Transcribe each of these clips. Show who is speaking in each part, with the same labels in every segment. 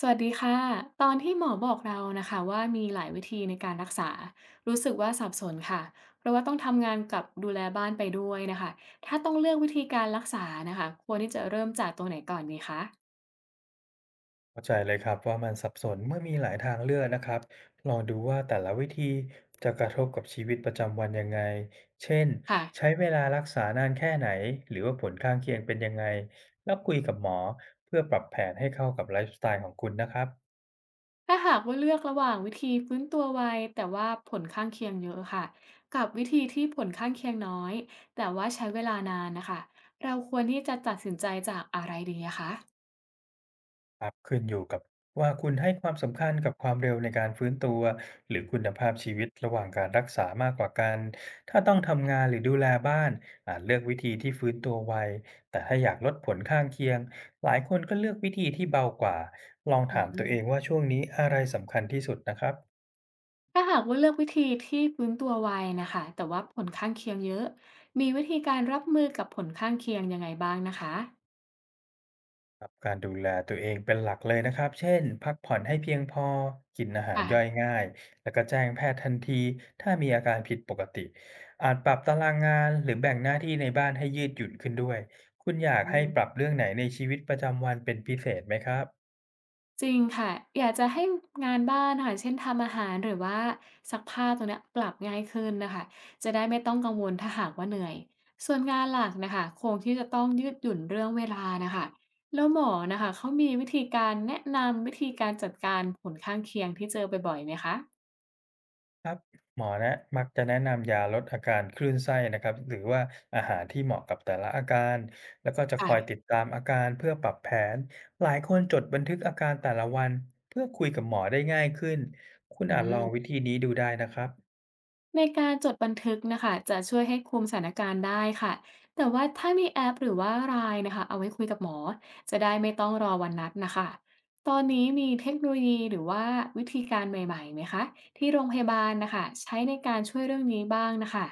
Speaker 1: สวัสดีค่ะตอนที่หมอบอกเรานะคะว่ามีหลายวิธีในการรักษารู้สึกว่าสับสนค่ะเพราะว่าต้องทำงานกับดูแลบ้านไปด้วยนะคะถ้าต้องเลือกวิธีการรักษานะคะควรที่จะเริ่มจากตัวไหนก่อนดีคะ
Speaker 2: เข้าใจเลยครับว่ามันสับสนเมื่อมีหลายทางเลือกนะครับลองดูว่าแต่ละวิธีจะกระทบกับชีวิตประจำวันยังไงเช่น
Speaker 1: ค่ะ
Speaker 2: ใช้เวลารักษานานแค่ไหนหรือว่าผลข้างเคียงเป็นยังไงแล้วคุยกับหมอเพื่อปรับแผนให้เข้ากับไลฟ์สไตล์ของคุณนะครับ
Speaker 1: ถ้าหากว่าเลือกระหว่างวิธีฟื้นตัวไวแต่ว่าผลข้างเคียงเยอะค่ะกับวิธีที่ผลข้างเคียงน้อยแต่ว่าใช้เวลานานนะคะเราควรที่จะตัดสินใจจากอะไรดีอะคะ
Speaker 2: ครับขึ้นอยู่กับว่าคุณให้ความสำคัญกับความเร็วในการฟื้นตัวหรือคุณภาพชีวิตระหว่างการรักษามากกว่ากันถ้าต้องทำงานหรือดูแลบ้านอาจเลือกวิธีที่ฟื้นตัวไวแต่ถ้าอยากลดผลข้างเคียงหลายคนก็เลือกวิธีที่เบากว่าลอง
Speaker 1: อื
Speaker 2: ถามตัวเอ
Speaker 1: ม
Speaker 2: งว่าช่วงนี้อะไรสำคัญที่สุดนะครับ
Speaker 1: ถ้าหากว่าเลือกวิธีที่ฟื้นตัวไวนะคะแต่ว่าผลข้างเคียงเยอะมีวิธีการรับมือกับผลข้างเคียงยังไงบ้างนะคะ
Speaker 2: ครับการดูแลตัวเองเป็นหลักเลยนะครับ เช่น พักผ่อนให้เพียงพอกินอาหารย่อย
Speaker 1: ค่ะ
Speaker 2: ง่าย แล้วก็แจ้งแพทย์ทันทีถ้ามีอาการผิดปกติ อาจปรับตารางงานหรือแบ่งหน้าที่ในบ้านให้ยืดหยุ่นขึ้นด้วย คุณอยาก
Speaker 1: อื
Speaker 2: ให้
Speaker 1: ม
Speaker 2: ปรับเรื่องไหนในชีวิตประจำวันเป็นพิเศษไหมครับ
Speaker 1: จริงค่ะอยากจะให้งานบ้าน่ค่ะเช่นทำอาหารหรือว่าซักผ้าตัวเนี้ยปรับง่ายขึ้นนะคะจะได้ไม่ต้องกังวลถ้าหากว่าเหนื่อยส่วนงานหลักนะคะคงที่จะต้องยืดหยุ่นเรื่องเวลานะคะแล้วหมอนะคะเขามีวิธีการแนะนำวิธีการจัดการผลข้างเคียงที่เจอบ่อยๆไหมคะ
Speaker 2: ครับหมอแนะมักจะแนะนำยาลดอาการคลื่นไส้นะครับหรือว่าอาหารที่เหมาะกับแต่ละอาการแล้วก็จะคอย
Speaker 1: ค่ะ
Speaker 2: ติดตามอาการเพื่อปรับแผนหลายคนจดบันทึกอาการแต่ละวันเพื่อคุยกับหมอได้ง่ายขึ้นคุณ
Speaker 1: อื
Speaker 2: อาจลองวิ
Speaker 1: ม
Speaker 2: ธีนี้ดูได้นะครับ
Speaker 1: ในการจดบันทึกนะคะจะช่วยให้คุมสถานการณ์ได้ค่ะแต่ว่าถ้ามีแอปหรือว่าไ i น e นะคะเอาไว้คุยกับหมอจะได้ไม่ต้องรอวันนัดนะคะตอนนี้มีเทคโนโลยีหรือว่าวิธีการใหม่ๆไหมคะที่โรงพยาบาลนะคะใช้ในการช่วยเรื่องนี้บ้างนะคะ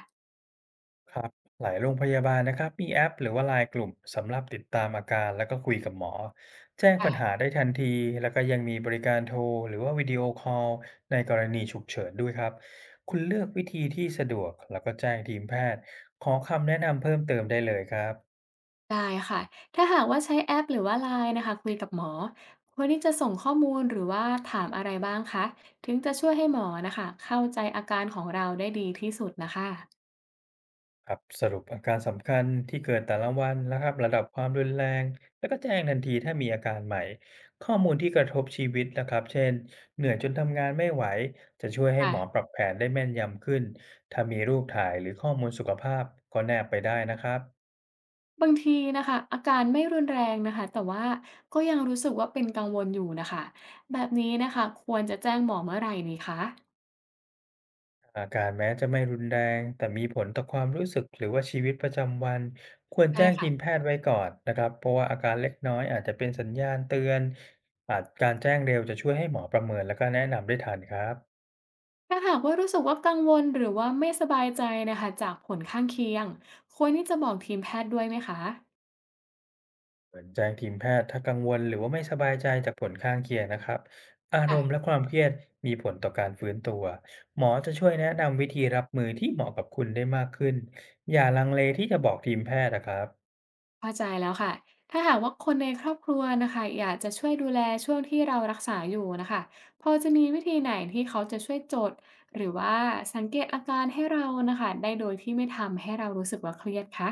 Speaker 2: ครับหลายโรงพยาบาลนะครับมีแอปหรือว่าไลน์กลุ่มสำหรับติดตามอาการแล้วก็คุยกับหมอแจ้งปัญหา
Speaker 1: ค่ะ
Speaker 2: ได้ทันทีแล้วก็ยังมีบริการโทรหรือว่าวิดีโอคอลในกรณีฉุกเฉินด้วยครับคุณเลือกวิธีที่สะดวกแล้วก็แจ้งทีมแพทย์ขอคำแนะนำเพิ่มเติมได้เลยครับ
Speaker 1: ได้ค่ะถ้าหากว่าใช้แอปหรือว่า LINE นนะคะคุยกับหมอควรที่จะส่งข้อมูลหรือว่าถามอะไรบ้างคะถึงจะช่วยให้หมอนะคะเข้าใจอาการของเราได้ดีที่สุดนะคะ
Speaker 2: ครับสรุปอาการสำคัญที่เกิดแต่ละวันนะครับระดับความรุนแรงแล้วก็แจ้งทันทีถ้ามีอาการใหม่ข้อมูลที่กระทบชีวิตนะครับเช่นเหนื่อยจนทำงานไม่ไหวจะช่วยให้หมอป
Speaker 1: ค่ะ
Speaker 2: รับแผนได้แม่นยำขึ้นถ้ามีรูปถ่ายหรือข้อมูลสุขภาพก็แนบไปได้นะครับ
Speaker 1: บางทีนะคะอาการไม่รุนแรงนะคะแต่ว่าก็ยังรู้สึกว่าเป็นกังวลอยู่นะคะแบบนี้นะคะควรจะแจ้งหมอเมื่อไหร่ดีคะ
Speaker 2: อาการแม้จะไม่รุนแรงแต่มีผลต่อความรู้สึกหรือว่าชีวิตประจำวันควร
Speaker 1: ใช่
Speaker 2: แจ้งที
Speaker 1: ค่ะ
Speaker 2: มแพทย์ไว้ก่อนนะครับเพราะว่าอาการเล็กน้อยอาจจะเป็นสัญญาณเตือนอาจการแจ้งเร็วจะช่วยให้หมอประเมินแล้วก็แนะนำได้ทันครับ
Speaker 1: ถ้าหากว่ารู้สึกว่ากังวลหรือว่าไม่สบายใจนะคะจากผลข้างเคียงควรที่จะบอกทีมแพทย์ด้วยไหมคะ
Speaker 2: เหมือนแจ้งทีมแพทย์ถ้ากังวลหรือว่าไม่สบายใจจากผลข้างเคียงนะครับอารมณ์และ
Speaker 1: ค่ะ
Speaker 2: ความเครียดมีผลต่อการฟื้นตัวหมอจะช่วยแนะนำวิธีรับมือที่เหมาะกับคุณได้มากขึ้นอย่าลังเลที่จะบอกทีมแพทย์นะครับ
Speaker 1: เข้าใจแล้วค่ะถ้าหากว่าคนในครอบครัวนะคะอยากจะช่วยดูแลช่วงที่เรารักษาอยู่นะคะพอจะมีวิธีไหนที่เขาจะช่วยจดหรือว่าสังเกตอาการให้เรานะคะได้โดยที่ไม่ทำให้เรารู้สึกว่าเครียดคะ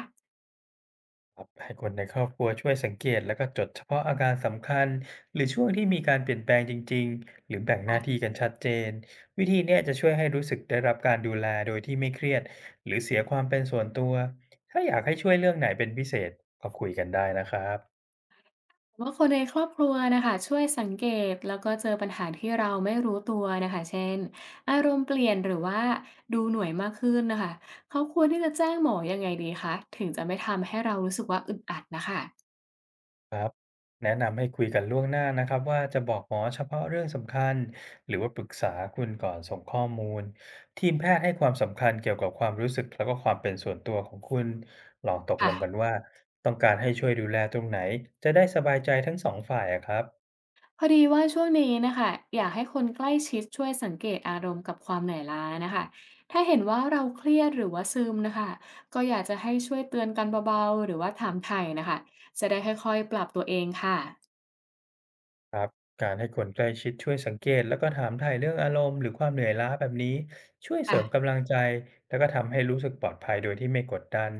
Speaker 2: ให้คนในครอบครัวช่วยสังเกตแล้วก็จดเฉพาะอาการสำคัญหรือช่วงที่มีการเปลี่ยนแปลงจริงๆหรือแบ่งหน้าที่
Speaker 1: ค่ะ
Speaker 2: กันชัดเจนวิธีเนี้ยจะช่วยให้รู้สึกได้รับการดูแลโดยที่ไม่เครียดหรือเสียความเป็นส่วนตัวถ้าอยากให้ช่วยเรื่องไหนเป็นพิเศษก็คุยกันได้นะครับ
Speaker 1: ว่าคนในครอบครัวนะคะช่วยสังเกตแล้วก็เจอปัญหาที่เราไม่รู้ตัวนะคะเช่นอารมณ์เปลี่ยนหรือว่าดูหน่วยมากขึ้นนะคะเขาควรที่จะแจ้งหมอยังไงดีคะถึงจะไม่ทำให้เรารู้สึกว่าอึดอัดนะคะ
Speaker 2: ครับแนะนำให้คุยกันล่วงหน้านะครับว่าจะบอกหมอเฉพาะเรื่องสำคัญหรือว่าปรึกษาคุณก่อนส่งข้อมูลทีมแพทย์ให้ความสำคัญเกี่ยวกับความรู้สึกแล้วก็ความเป็นส่วนตัวของคุณลองตกล
Speaker 1: ค่ะ
Speaker 2: งกันว่าต้องการให้ช่วยดูแลตรงไหนจะได้สบายใจทั้งสองฝ่ายอะครับ
Speaker 1: พอดีว่าช่วงนี้นะคะอยากให้คนใกล้ชิดช่วยสังเกตอารมณ์กับความเหนื่อยล้านะคะถ้าเห็นว่าเราเครียดหรือว่าซึมนะคะก็อยากจะให้ช่วยเตือนกันเบาๆหรือว่าถามไถ่นะคะจะได้ค่อยๆปรับตัวเองค่ะ
Speaker 2: ครับการให้คนใกล้ชิดช่วยสังเกตแล้วก็ถามถ่ายเรื่องอารมณ์หรือความเหนื่อยล้าแบบนี้ช่วยเสริม
Speaker 1: ค่ะ
Speaker 2: กำลังใจแล้วก็ทำให้รู้สึกปลอดภัยโดยที่ไม่กดดัน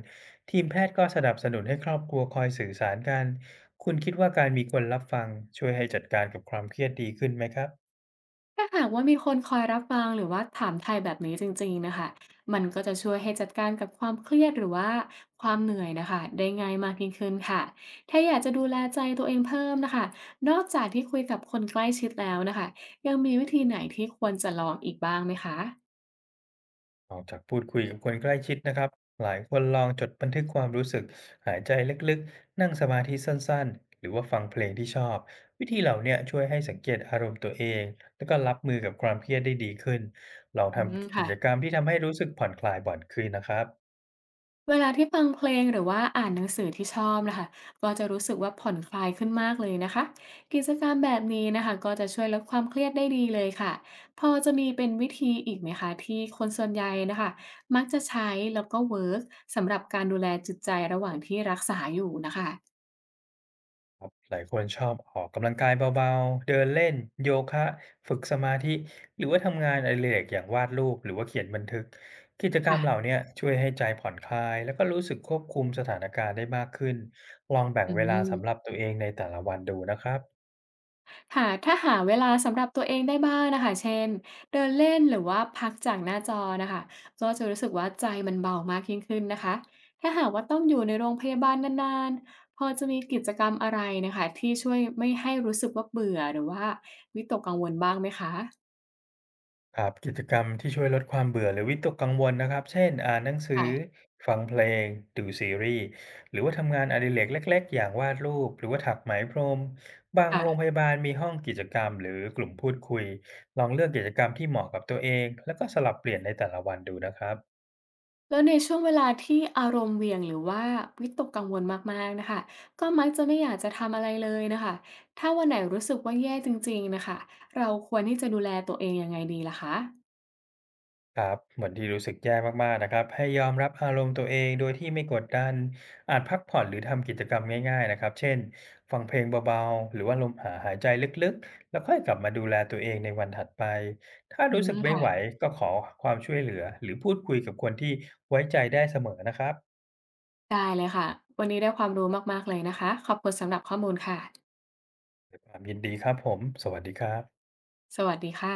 Speaker 2: ทีมแพทย์ก็สนับสนุนให้ครอบครัวคอยสื่อสารกันคุณคิดว่าการมีคนรับฟังช่วยให้จัดการกับความเครียดดีขึ้นไหมครับ
Speaker 1: ถ้าหากว่ามีคนคอยรับฟังหรือว่าถามไทยแบบนี้จริงๆนะคะมันก็จะช่วยให้จัดการกับความเครียดหรือว่าความเหนื่อยนะคะได้ง่ายมากยิ่งขึ้นค่ะถ้าอยากจะดูแลใจตัวเองเพิ่มนะคะนอกจากที่คุยกับคนใกล้ชิดแล้วนะคะยังมีวิธีไหนที่ควรจะลองอีกบ้างไหมคะ
Speaker 2: ออกจากพูดคุยกับคนใกล้ชิดนะครับหลายคนลองจดบันทึกความรู้สึกหายใจลึกๆนั่งสมาธิสั้นๆหรือว่าฟังเพลงที่ชอบวิธีเหล่าเนี้ยช่วยให้สังเกตอารมณ์ตัวเองแล้วก็รับมือกับความเครียดได้ดีขึ้นลอง
Speaker 1: อื
Speaker 2: ท
Speaker 1: ม
Speaker 2: ำกิ
Speaker 1: ค่ะ
Speaker 2: จกรรมที่ทำให้รู้สึกผ่อนคลายบ่อนคืนนะครับ
Speaker 1: เวลาที่ฟังเพลงหรือว่าอ่านหนังสือที่ชอบนะคะก็จะรู้สึกว่าผ่อนคลายขึ้นมากเลยนะคะกิจกรรมแบบนี้นะคะก็จะช่วยลดความเครียดได้ดีเลยค่ะพอจะมีเป็นวิธีอีกไหมคะที่คนส่วนใหญ่นะคะมักจะใช้แล้วก็เวิร์กสำหรับการดูแลจิตใจระหว่างที่รักษาอยู่นะคะ
Speaker 2: ครับหลายคนชอบออกกำลังกายเบาๆ เดินเล่นโยคะฝึกสมาธิหรือว่าทำงานอดิเรกอย่างวาดรูปหรือว่าเขียนบันทึกกิจกรรมเหล่า
Speaker 1: ค่ะ
Speaker 2: เนี้ยช่วยให้ใจผ่อนคลายแล้วก็รู้สึกควบคุมสถานการณ์ได้มากขึ้นลองแบ่ง
Speaker 1: อื
Speaker 2: เวลาสำหรับ
Speaker 1: ม
Speaker 2: ตัวเองในแต่ละวันดูนะครับ
Speaker 1: ค่ะถ้าหาเวลาสำหรับตัวเองได้บ้างนะคะเช่นเดินเล่นหรือว่าพักจากหน้าจอนะคะก็จะรู้สึกว่าใจมันเบามากยิ่งขึ้นนะคะถ้าหากว่าต้องอยู่ในโรงพยาบาลนานๆพอจะมีกิจกรรมอะไรนะคะที่ช่วยไม่ให้รู้สึกว่าเบื่อหรือว่าวิตกกังวลบ้างไหมคะ
Speaker 2: ครับกิจกรรมที่ช่วยลดความเบื่อหรือวิตกกังวลนะครับเช่นอ่านหนังสือ
Speaker 1: ค่ะ
Speaker 2: ฟังเพลง ดูซีรีส์ หรือว่าทำงานอดิเรกเล็กๆ อย่างวาดรูป หรือว่าถักไหมพรม บาง
Speaker 1: ค่ะ
Speaker 2: โรงพยาบาลมีห้องกิจกรรมหรือกลุ่มพูดคุย ลองเลือกกิจกรรมที่เหมาะกับตัวเอง แล้วก็สลับเปลี่ยนในแต่ละวันดูนะครับ
Speaker 1: แล้วในช่วงเวลาที่อารมณ์เหวี่ยงหรือว่าวิตกกังวลมากๆน่ะค่ะก็มักจะไม่อยากจะทำอะไรเลยน่ะค่ะถ้าวันไหนรู้สึกว่าแย่จริงๆน่ะค่ะเราควรที่จะดูแลตัวเองยังไงดีล่ะคะ
Speaker 2: ครับวันที่รู้สึกแย่มากๆนะครับให้ยอมรับอารมณ์ตัวเองโดยที่ไม่กดดันอาจพักผ่อนหรือทำกิจกรรมง่ายๆนะครับเช่นฟังเพลงเบาๆหรือว่าลมหาหายใจลึกๆแล้วค่อยกลับมาดูแลตัวเองในวันถัดไปถ้า
Speaker 1: อื
Speaker 2: รู้
Speaker 1: ม
Speaker 2: สึกไม่
Speaker 1: ค่ะ
Speaker 2: ไหวก็ขอความช่วยเหลือหรือพูดคุยกับคนที่ไว้ใจได้เสมอนะครับ
Speaker 1: ได้เลยค่ะวันนี้ได้ความรู้มากๆเลยนะคะขอบคุณสำหรับข้อมูลค่ะ
Speaker 2: ด้วยความยินดีครับผมสวัสดีครับ
Speaker 1: สวัสดีค่ะ